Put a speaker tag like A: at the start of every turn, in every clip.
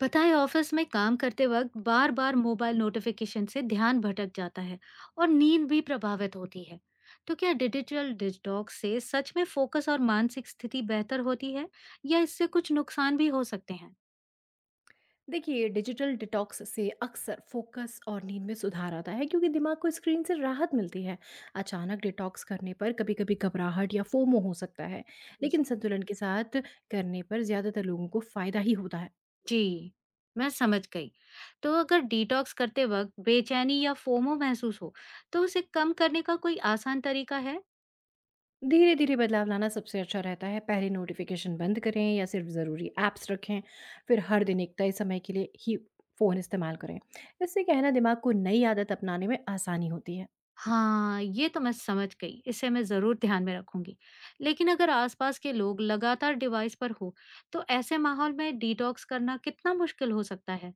A: पता है ऑफिस में काम करते वक्त बार बार मोबाइल नोटिफिकेशन से ध्यान भटक जाता है और नींद भी प्रभावित होती है। तो क्या डिजिटल डिटॉक्स से सच में फोकस और मानसिक स्थिति बेहतर होती है या इससे कुछ नुकसान भी हो सकते हैं?
B: देखिए, डिजिटल डिटॉक्स से अक्सर फोकस और नींद में सुधार आता है, क्योंकि दिमाग को स्क्रीन से राहत मिलती है। अचानक डिटॉक्स करने पर कभी कभी घबराहट या फोमो हो सकता है। लेकिन संतुलन के साथ करने पर ज़्यादातर लोगों को फ़ायदा ही होता है।
A: जी, मैं समझ गई। तो अगर डिटॉक्स करते वक्त बेचैनी या फोमो महसूस हो, तो उसे कम करने का कोई आसान तरीका है?
B: धीरे धीरे बदलाव लाना सबसे अच्छा रहता है। पहले नोटिफिकेशन बंद करें या सिर्फ ज़रूरी ऐप्स रखें। फिर हर दिन एक तय समय के लिए ही फ़ोन इस्तेमाल करें। इससे कहना दिमाग को नई आदत अपनाने में आसानी होती है।
A: हाँ, ये तो मैं समझ गई, इसे मैं ज़रूर ध्यान में रखूँगी। लेकिन अगर आसपास के लोग लगातार डिवाइस पर हो, तो ऐसे माहौल में डिटॉक्स करना कितना मुश्किल हो सकता है?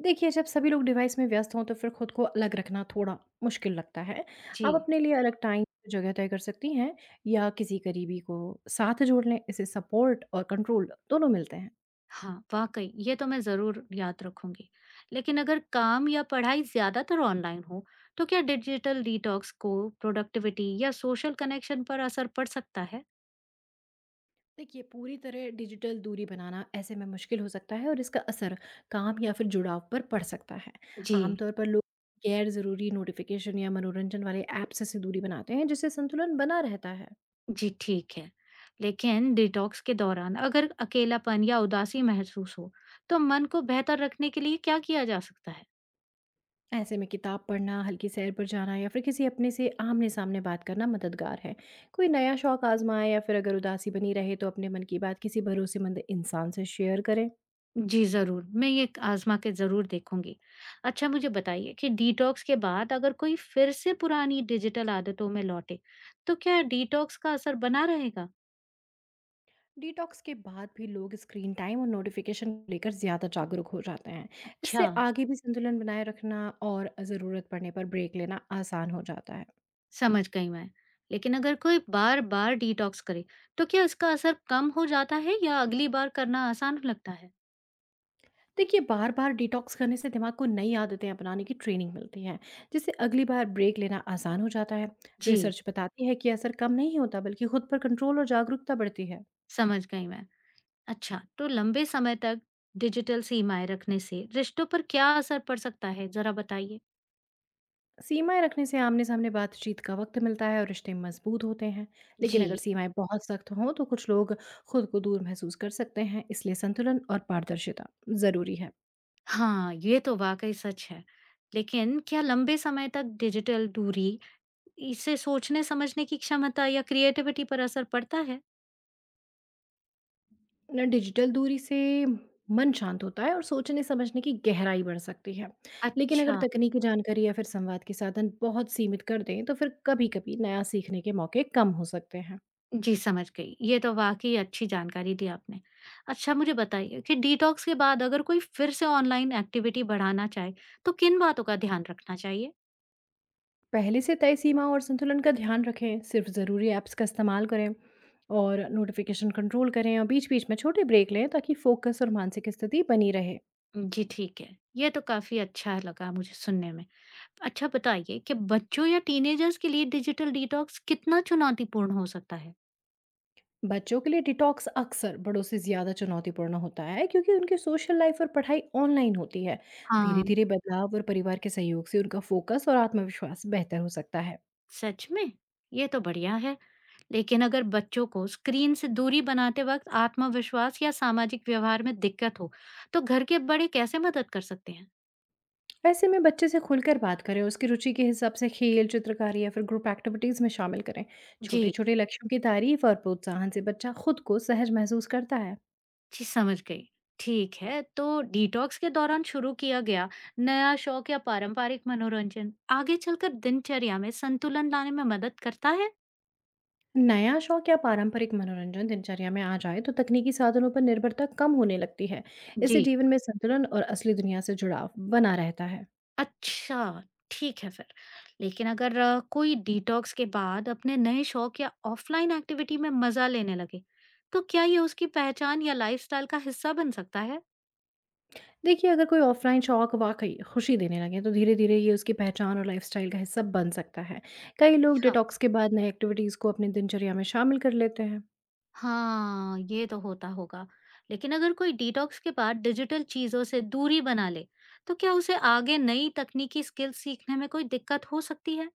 B: देखिए, जब सभी लोग डिवाइस में व्यस्त हों तो फिर खुद को अलग रखना थोड़ा मुश्किल लगता है। आप
A: जी।
B: अपने लिए अलग टाइम, जगह तय कर सकती हैं या किसी करीबी को साथ जोड़ लें, इससे सपोर्ट और कंट्रोल दोनों मिलते हैं।
A: हाँ, वाक़ई ये तो मैं ज़रूर याद रखूँगी। लेकिन अगर काम या पढ़ाई ज़्यादातर ऑनलाइन हो, तो क्या डिजिटल डिटॉक्स को प्रोडक्टिविटी या सोशल कनेक्शन पर असर पड़ सकता है?
B: देखिए, पूरी तरह डिजिटल दूरी बनाना ऐसे में मुश्किल हो सकता है और इसका असर काम या फिर जुड़ाव पर पड़ सकता है।
A: जी।
B: आमतौर पर लोग गैर ज़रूरी नोटिफ़िकेशन या मनोरंजन वाले ऐप्स से दूरी बनाते हैं, जिससे संतुलन बना रहता है।
A: जी, ठीक है। लेकिन डिटॉक्स के दौरान अगर अकेलापन या उदासी महसूस हो, तो मन को बेहतर रखने के लिए क्या किया जा सकता है?
B: ऐसे में किताब पढ़ना, हल्की सैर पर जाना या फिर किसी अपने से आमने-सामने बात करना मददगार है। कोई नया शौक आज़माएँ या फिर अगर उदासी बनी रहे तो अपने मन की बात किसी भरोसेमंद इंसान से शेयर करें।
A: जी, ज़रूर। मैं ये आज़मा के ज़रूर देखूँगी। अच्छा, मुझे बताइए कि डिटॉक्स के बाद अगर कोई फिर से पुरानी डिजिटल आदतों में लौटे, तो क्या डिटॉक्स का असर बना रहेगा?
B: डिटॉक्स के बाद भी लोग स्क्रीन टाइम और नोटिफिकेशन को लेकर ज़्यादा जागरूक हो जाते हैं।
A: अच्छा,
B: इससे आगे भी संतुलन बनाए रखना और ज़रूरत पड़ने पर ब्रेक लेना आसान हो जाता है।
A: समझ गई मैं। लेकिन अगर कोई बार-बार डिटॉक्स करे, तो क्या इसका असर कम हो जाता है या अगली बार करना आसान लगता है?
B: देखिए, बार बार डिटॉक्स करने से दिमाग को नई आदतें अपनाने की ट्रेनिंग मिलती है, जिससे अगली बार ब्रेक लेना आसान हो जाता है।
A: जी,
B: रिसर्च बताती है कि असर कम नहीं होता, बल्कि खुद पर कंट्रोल और जागरूकता बढ़ती है।
A: समझ गई मैं। अच्छा, तो लंबे समय तक डिजिटल सीमाएँ रखने से रिश्तों पर क्या असर पड़ सकता है? ज़रा बताइए।
B: सीमाएं रखने से आमने सामने बातचीत का वक्त मिलता है और रिश्ते मजबूत होते हैं। लेकिन अगर
A: जी,
B: सीमाएं बहुत सख्त हों तो कुछ लोग खुद को दूर महसूस कर सकते हैं, इसलिए संतुलन और पारदर्शिता जरूरी है।
A: हाँ, ये तो वाक़ई सच है। लेकिन क्या लंबे समय तक डिजिटल दूरी इससे सोचने समझने की क्षमता या क्रिएटिविटी पर असर पड़ता है?
B: ना, डिजिटल दूरी से मन शांत होता है और सोचने समझने की गहराई बढ़ सकती है। लेकिन अगर
A: अच्छा,
B: तकनीकी जानकारी या फिर संवाद के साधन बहुत सीमित कर दें तो फिर कभी कभी नया सीखने के मौके कम हो सकते हैं।
A: जी समझ गई। ये तो वाक़ई अच्छी जानकारी दी आपने। अच्छा, मुझे बताइए कि डिटॉक्स के बाद अगर कोई फिर से ऑनलाइन एक्टिविटी बढ़ाना चाहे, तो किन बातों का ध्यान रखना चाहिए?
B: पहले से तय सीमा और संतुलन का ध्यान रखें। सिर्फ ज़रूरी ऐप्स का इस्तेमाल करें और नोटिफिकेशन कंट्रोल करें और बीच बीच में छोटे ब्रेक लें, ताकि फोकस और मानसिक स्थिति बनी रहे।
A: जी, ठीक है। ये तो काफ़ी अच्छा लगा मुझे सुनने में। अच्छा, बताइए कि बच्चों या टीनेजर्स के लिए डिजिटल डिटॉक्स कितना चुनौतीपूर्ण हो सकता है?
B: बच्चों के लिए डिटॉक्स अक्सर बड़ों से ज़्यादा चुनौतीपूर्ण होता है, क्योंकि उनकी सोशल लाइफ और पढ़ाई ऑनलाइन होती है। धीरे
A: हाँ।
B: धीरे बदलाव और परिवार के सहयोग से उनका फोकस और आत्मविश्वास बेहतर हो सकता है।
A: सच में? ये तो बढ़िया है। लेकिन अगर बच्चों को स्क्रीन से दूरी बनाते वक़्त आत्मविश्वास या सामाजिक व्यवहार में दिक्कत हो, तो घर के बड़े कैसे मदद कर सकते हैं?
B: ऐसे में बच्चे से खुलकर बात करें, उसकी रुचि के हिसाब से खेल, चित्रकारी या फिर ग्रुप एक्टिविटीज़ में शामिल करें। छोटे
A: जी।
B: छोटे लक्ष्यों की तारीफ और प्रोत्साहन से बच्चा खुद को सहज महसूस करता है।
A: जी समझ गई। ठीक है, तो डिटॉक्स के दौरान शुरू किया गया नया शौक या पारंपरिक मनोरंजन आगे चलकर दिनचर्या में संतुलन लाने में मदद करता है?
B: नया शौक या पारंपरिक मनोरंजन दिनचर्या में आ जाए तो तकनीकी साधनों पर निर्भरता कम होने लगती है। इससे
A: जी,
B: जीवन में संतुलन और असली दुनिया से जुड़ाव बना रहता है।
A: अच्छा, ठीक है फिर। लेकिन अगर कोई डिटॉक्स के बाद अपने नए शौक या ऑफलाइन एक्टिविटी में मजा लेने लगे, तो क्या ये उसकी पहचान या लाइफस्टाइल का हिस्सा बन सकता है?
B: देखिए, अगर कोई ऑफलाइन शौक वाकई खुशी देने लगे तो धीरे धीरे ये उसकी पहचान और लाइफस्टाइल का हिस्सा बन सकता है। कई लोग डिटॉक्स के बाद नई एक्टिविटीज़ को अपनी दिनचर्या में शामिल कर लेते हैं।
A: हाँ, ये तो होता होगा। लेकिन अगर कोई डिटॉक्स के बाद डिजिटल चीज़ों से दूरी बना ले, तो क्या उसे आगे नई तकनीकी स्किल सीखने में कोई दिक्कत हो सकती है?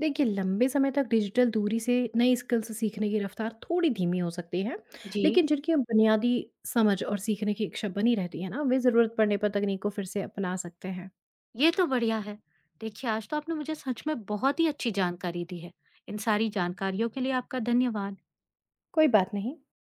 B: देखिए, लंबे समय तक डिजिटल दूरी से नई स्किल्स सीखने की रफ्तार थोड़ी धीमी हो सकती है,
A: जी,
B: लेकिन जिनकी बुनियादी समझ और सीखने की इच्छा बनी रहती है ना, वे ज़रूरत पड़ने पर तकनीक को फिर से अपना सकते हैं।
A: ये तो बढ़िया है। देखिए, आज तो आपने मुझे सच में बहुत ही अच्छी जानकारी दी है। इन सारी जानकारियों के लिए आपका धन्यवाद।
B: कोई बात नहीं।